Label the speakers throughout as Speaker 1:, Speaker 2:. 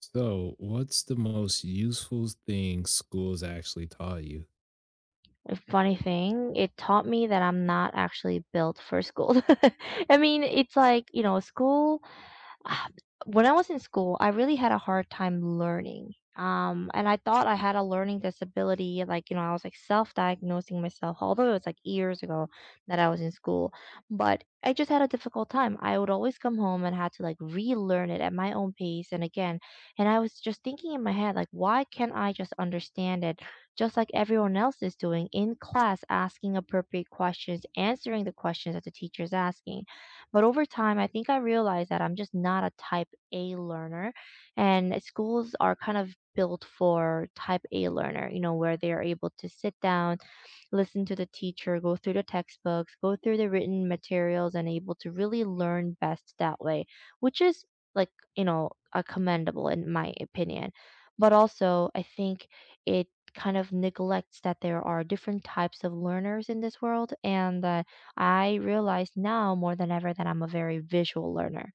Speaker 1: So, what's the most useful thing schools actually taught you?
Speaker 2: A funny thing, it taught me that I'm not actually built for school. I mean, it's like, school Ah, When I was in school, I really had a hard time learning. And I thought I had a learning disability, like, I was like self-diagnosing myself, although it was like years ago that I was in school. But I just had a difficult time. I would always come home and had to like relearn it at my own pace and again. And I was just thinking in my head, like, why can't I just understand it just like everyone else is doing in class, asking appropriate questions, answering the questions that the teacher is asking? But over time, I think I realized that I'm just not a type A learner, and schools are kind of built for type A learner, you know, where they are able to sit down, listen to the teacher, go through the textbooks, go through the written materials, and able to really learn best that way, which is like, commendable in my opinion. But also, I think it kind of neglects that there are different types of learners in this world, and that I realize now more than ever that I'm a very visual learner.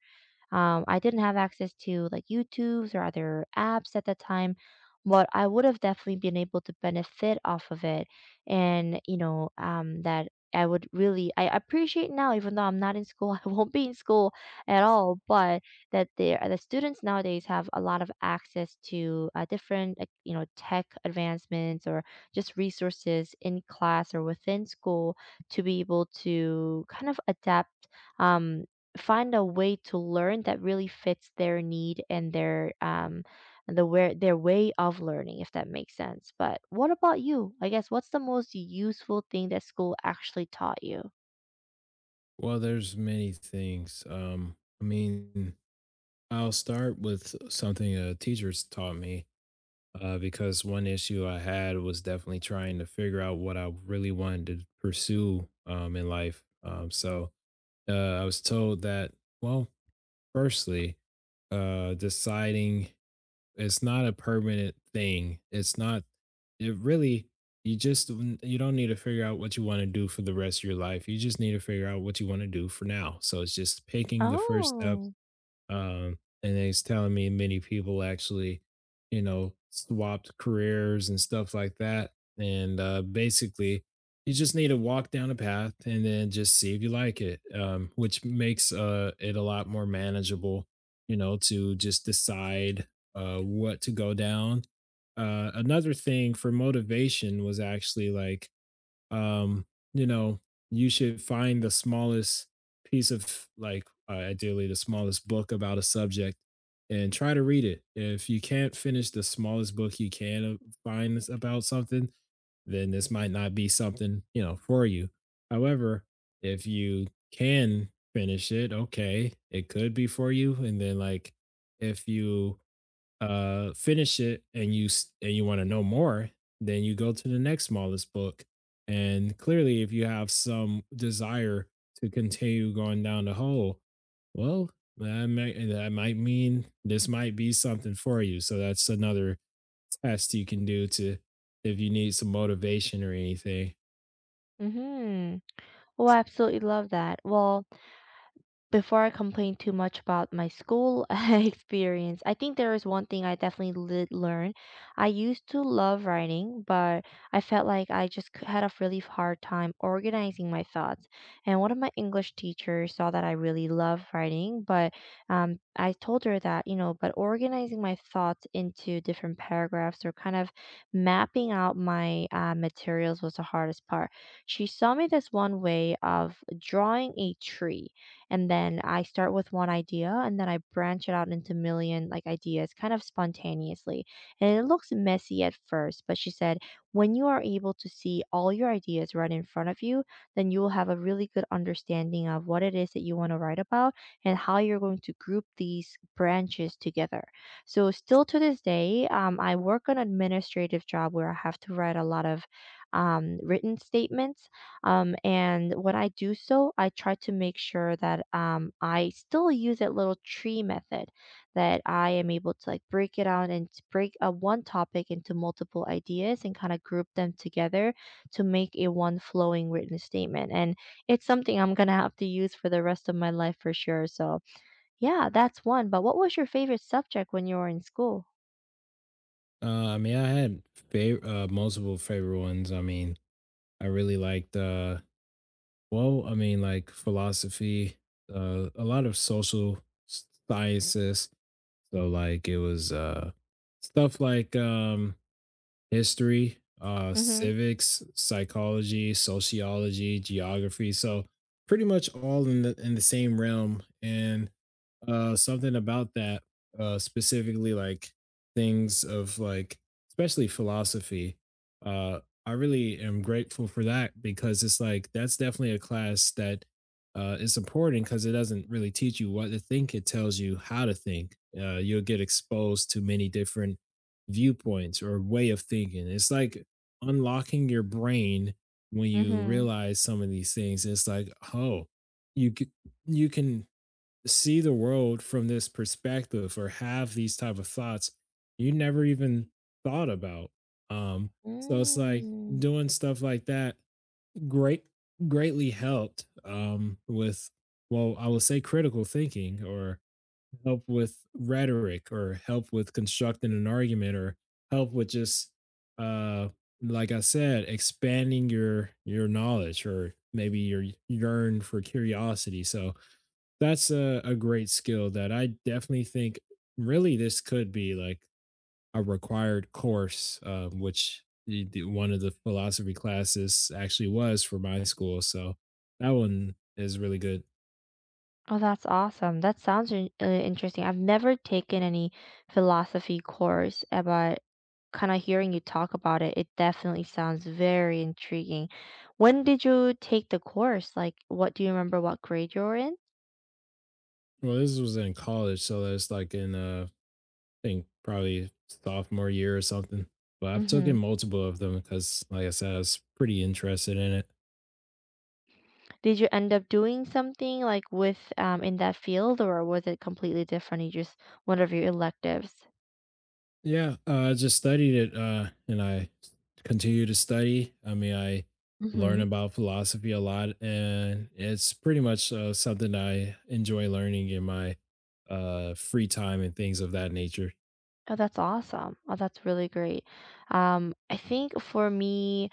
Speaker 2: I didn't have access to like YouTube's or other apps at that time, but I would have definitely been able to benefit off of it. And, that I appreciate now, even though I'm not in school, I won't be in school at all, but that the students nowadays have a lot of access to different, like, tech advancements or just resources in class or within school to be able to kind of adapt, um, find a way to learn that really fits their need and their and their way of learning, if that makes sense. But what about you? I guess, what's the most useful thing that school actually taught you?
Speaker 1: Well, there's many things. I mean, I'll start with something teachers taught me because one issue I had was definitely trying to figure out what I really wanted to pursue in life. I was told that, well, firstly, deciding it's not a permanent thing. It's not it really you just n- You don't need to figure out what you want to do for the rest of your life. You just need to figure out what you want to do for now. So it's just taking the first step,
Speaker 2: Oh,
Speaker 1: and he's telling me many people actually, you know, swapped careers and stuff like that. And basically, you just need to walk down a path and then just see if you like it, which makes it a lot more manageable, you know, to just decide what to go down. Another thing for motivation was actually um, you know, you should find the smallest piece of ideally the smallest book about a subject and try to read it. If you can't finish the smallest book you can find that's about something, then this might not be something, you know, for you. However, if you can finish it, okay, it could be for you. And then like if you finish it and and you want to know more, then you go to the next smallest book. And clearly if you have some desire to continue going down the hole, well, that might mean this might be something for you. So that's another test you can do to if you need some motivation or anything.
Speaker 2: mm-hmm. Well, I absolutely love that. Well, before I complain too much about my school experience, I think there is one thing I definitely did learn. I used to love writing, but I felt like I just had a really hard time organizing my thoughts. And one of my English teachers saw that I really love writing, but I told her that, you know, but organizing my thoughts into different paragraphs or kind of mapping out my materials was the hardest part. She saw me this one way of drawing a tree, and then I start with one idea and then I branch it out into million like ideas kind of spontaneously. And it looks messy at first, but she said when you are able to see all your ideas right in front of you, then you will have a really good understanding of what it is that you want to write about and how you're going to group these branches together. So still to this day, I work an administrative job where I have to write a lot of written statements, and when I do so, I try to make sure that I still use that little tree method, that I am able to like break it out and to break a one topic into multiple ideas and kind of group them together to make a one flowing written statement. And it's something I'm gonna have to use for the rest of my life for sure. So yeah, that's one. But what was your favorite subject when you were in school?
Speaker 1: I mean, I had multiple favorite ones. I mean, I really liked well, I mean, like philosophy, a lot of social sciences. So, like, it was stuff like history,
Speaker 2: Mm-hmm.
Speaker 1: civics, psychology, sociology, geography. So pretty much all in the same realm. And something about that, specifically like things of like, especially philosophy. Uh, I really am grateful for that because it's like that's definitely a class that is important because it doesn't really teach you what to think; it tells you how to think. You'll get exposed to many different viewpoints or way of thinking. It's like unlocking your brain when you
Speaker 2: Mm-hmm.
Speaker 1: realize some of these things. It's like, oh, you can, you can see the world from this perspective or have these type of thoughts you never even thought about. Um, so it's like
Speaker 2: Mm.
Speaker 1: doing stuff like that great greatly helped with, well, I would say critical thinking, or help with rhetoric, or help with constructing an argument, or help with just uh like I said, expanding your knowledge or maybe your yearn for curiosity. So that's a great skill that I definitely think really this could be like a required course, which one of the philosophy classes actually was for my school. So that one is really good.
Speaker 2: Oh, that's awesome. That sounds interesting. I've never taken any philosophy course, but kind of hearing you talk about it, it definitely sounds very intriguing. When did you take the course? Like, what do you remember what grade you were in?
Speaker 1: Well, this was in college, so that's like in think probably sophomore year or something. But I've taken
Speaker 2: Mm-hmm.
Speaker 1: multiple of them because, like I said, I was pretty interested in it.
Speaker 2: Did you end up doing something like with in that field, or was it completely different? You just one of your electives.
Speaker 1: Yeah, I just studied it, and I continue to study. I mean, I learn
Speaker 2: Mm-hmm.
Speaker 1: about philosophy a lot, and it's pretty much something that I enjoy learning in my free time and things of that nature.
Speaker 2: Oh, that's awesome. Oh, that's really great. I think for me.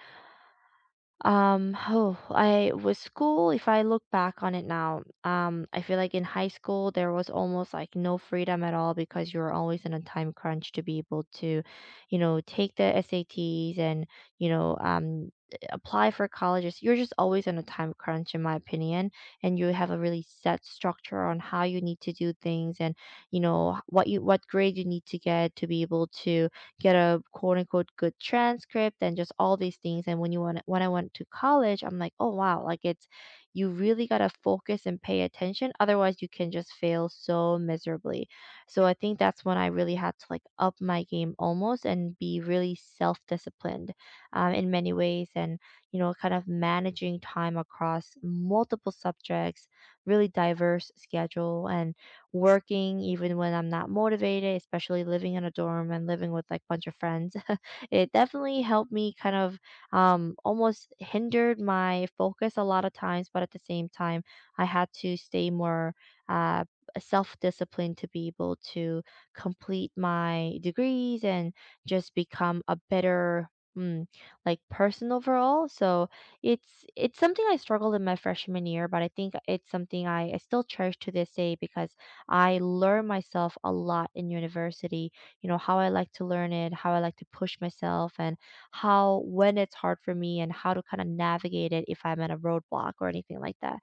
Speaker 2: Oh, I with school, if I look back on it now, I feel like in high school there was almost like no freedom at all because you were always in a time crunch to be able to, you know, take the SATs and, you know, um, apply for colleges. You're just always in a time crunch, in my opinion, and you have a really set structure on how you need to do things and, what grade you need to get to be able to get a quote unquote good transcript and just all these things. And when you want when I went to college, I'm like, oh wow, like it's you really gotta focus and pay attention. Otherwise you can just fail so miserably. So I think that's when I really had to like up my game almost and be really self disciplined, in many ways, and kind of managing time across multiple subjects, really diverse schedule, and working even when I'm not motivated, especially living in a dorm and living with like bunch of friends. It definitely helped me kind of, almost hindered my focus a lot of times, but at the same time, I had to stay more uh, self disciplined to be able to complete my degrees and just become a better, Mm, like person overall, so it's something I struggled in my freshman year, but I think it's something I still cherish to this day because I learn myself a lot in university, how I like to learn it, how I like to push myself, and how, when it's hard for me, and how to kind of navigate it if I'm at a roadblock or anything like that.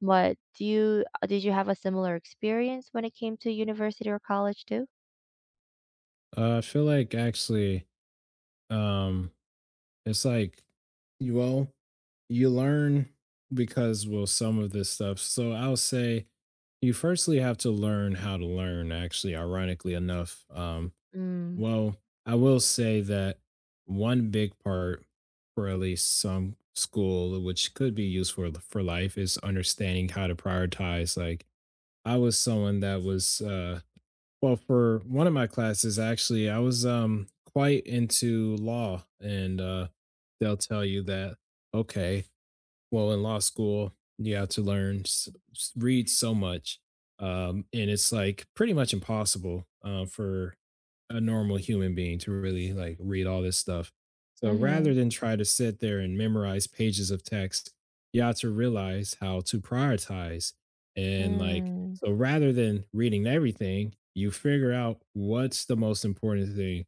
Speaker 2: But did you have a similar experience when it came to university or college too?
Speaker 1: I feel like actually, um, it's like, you well, you learn because, well, some of this stuff. So I'll say you firstly have to learn how to learn, actually, ironically enough.
Speaker 2: Mm.
Speaker 1: Well, I will say that one big part for at least some school, which could be useful for life, is understanding how to prioritize. Like, I was someone that was well, for one of my classes, actually, I was quite into law, and they'll tell you that, okay, well, in law school, you have to learn, read so much. And it's like pretty much impossible for a normal human being to really like read all this stuff. So
Speaker 2: Mm-hmm.
Speaker 1: rather than try to sit there and memorize pages of text, you have to realize how to prioritize. And like,
Speaker 2: Mm.
Speaker 1: so rather than reading everything, you figure out what's the most important thing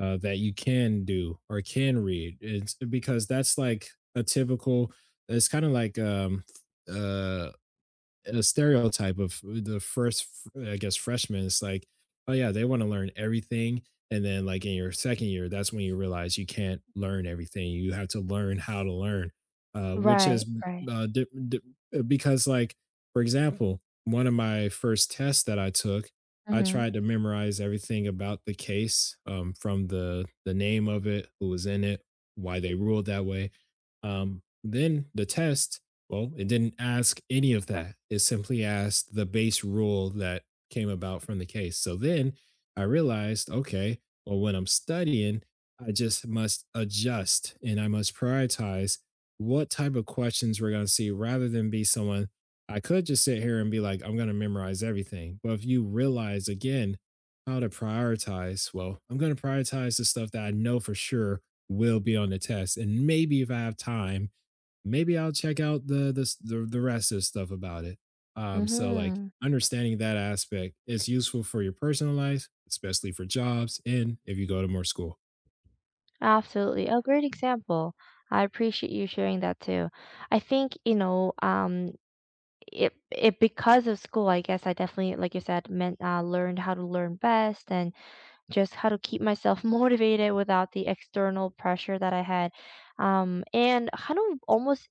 Speaker 1: that you can do or can read. It's because that's like a typical — it's kind of like uh a stereotype of the first, I guess, freshman. It's like, oh yeah, they want to learn everything, and then like in your second year, that's when you realize you can't learn everything. You have to learn how to learn, which
Speaker 2: Right,
Speaker 1: is
Speaker 2: right.
Speaker 1: uh, di- di- because like for example, one of my first tests that I took, I
Speaker 2: Mm-hmm.
Speaker 1: tried to memorize everything about the case, from the name of it, who was in it, why they ruled that way. Then the test, well, it didn't ask any of that. It simply asked the base rule that came about from the case. So then I realized, okay, well, when I'm studying, I just must adjust and I must prioritize what type of questions we're going to see, rather than be someone — I could just sit here and be like, I'm going to memorize everything. But if you realize again how to prioritize, well, I'm going to prioritize the stuff that I know for sure will be on the test. And maybe if I have time, maybe I'll check out the s the rest of stuff about it. So, like,
Speaker 2: Mm-hmm.
Speaker 1: understanding that aspect is useful for your personal life, especially for jobs, and if you go to more school.
Speaker 2: Absolutely. A great example. I appreciate you sharing that too. I think, It because of school, I guess I definitely, like you said, learned how to learn best, and just how to keep myself motivated without the external pressure that I had, and how to almost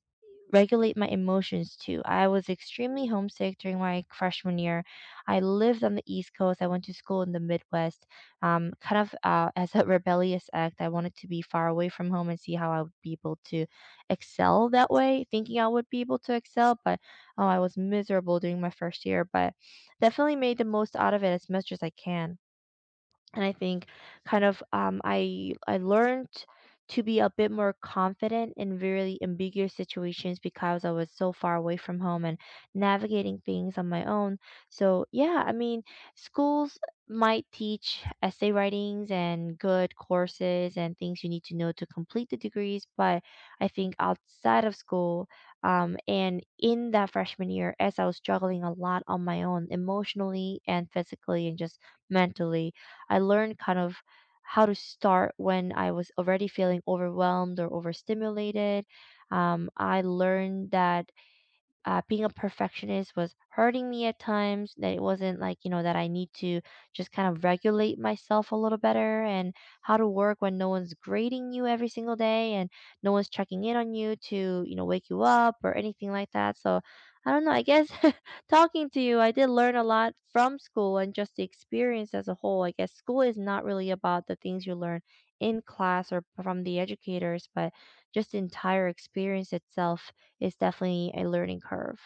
Speaker 2: regulate my emotions too. I was extremely homesick during my freshman year. I lived on the East Coast. I went to school in the Midwest. Kind of as a rebellious act, I wanted to be far away from home and see how I would be able to excel that way, thinking I would be able to excel, but oh, I was miserable during my first year, but definitely made the most out of it as much as I can, and I think kind of, I learned to be a bit more confident in really ambiguous situations because I was so far away from home and navigating things on my own. So yeah, I mean, schools might teach essay writings and good courses and things you need to know to complete the degrees, but I think outside of school, and in that freshman year, as I was struggling a lot on my own emotionally and physically and just mentally, I learned kind of how to start when I was already feeling overwhelmed or overstimulated. I learned that being a perfectionist was hurting me at times, that it wasn't like, that I need to just kind of regulate myself a little better, and how to work when no one's grading you every single day, and no one's checking in on you to, wake you up or anything like that. So I don't know. I guess talking to you, I did learn a lot from school and just the experience as a whole. I guess school is not really about the things you learn in class or from the educators, but just the entire experience itself. It's definitely a learning curve.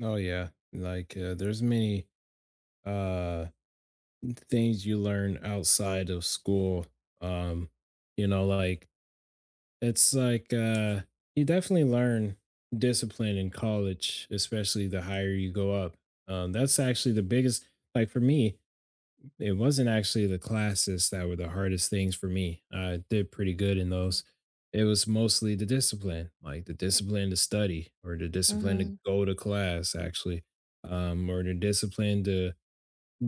Speaker 1: Oh, yeah. Like, there's many, uh, things you learn outside of school. Um, you know, like, it's like, uh, you definitely learn discipline in college, especially the higher you go up. That's actually the biggest, like, for me, it wasn't actually the classes that were the hardest things for me. I did pretty good in those. It was mostly the discipline, like the discipline to study or the discipline to
Speaker 2: Mhm,
Speaker 1: go to class, actually, or the discipline to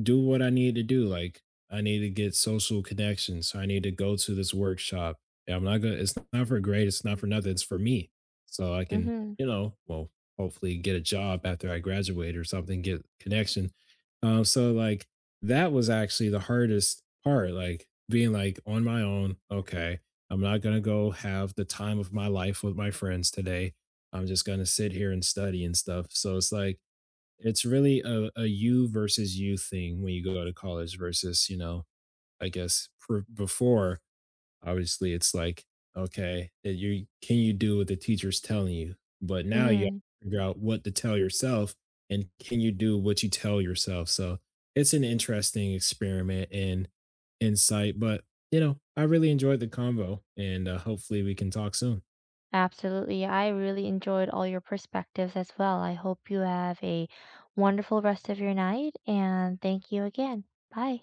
Speaker 1: do what I need to do. Like, I need to get social connections. So I need to go to this workshop. Yeah, I'm not gonna it's not for grade, it's not for nothing, it's for me. So I can,
Speaker 2: mhm,
Speaker 1: you know, well, hopefully get a job after I graduate or something, get connection. So like that was actually the hardest part, like being like on my own, okay, I'm not gonna go have the time of my life with my friends today. I'm just gonna sit here and study and stuff. So it's like it's really a you versus you thing when you go to college versus, you know, I guess pr before, obviously, it's like, okay, that you do what the teacher's telling you? But now you have
Speaker 2: mhm.
Speaker 1: to figure out what to tell yourself, and can you do what you tell yourself? So, it's an interesting experiment and insight, but, you know, I really enjoyed the convo, and, hopefully we can talk soon.
Speaker 2: Absolutely. I really enjoyed all your perspectives as well. I hope you have a wonderful rest of your night, and thank you again. Bye.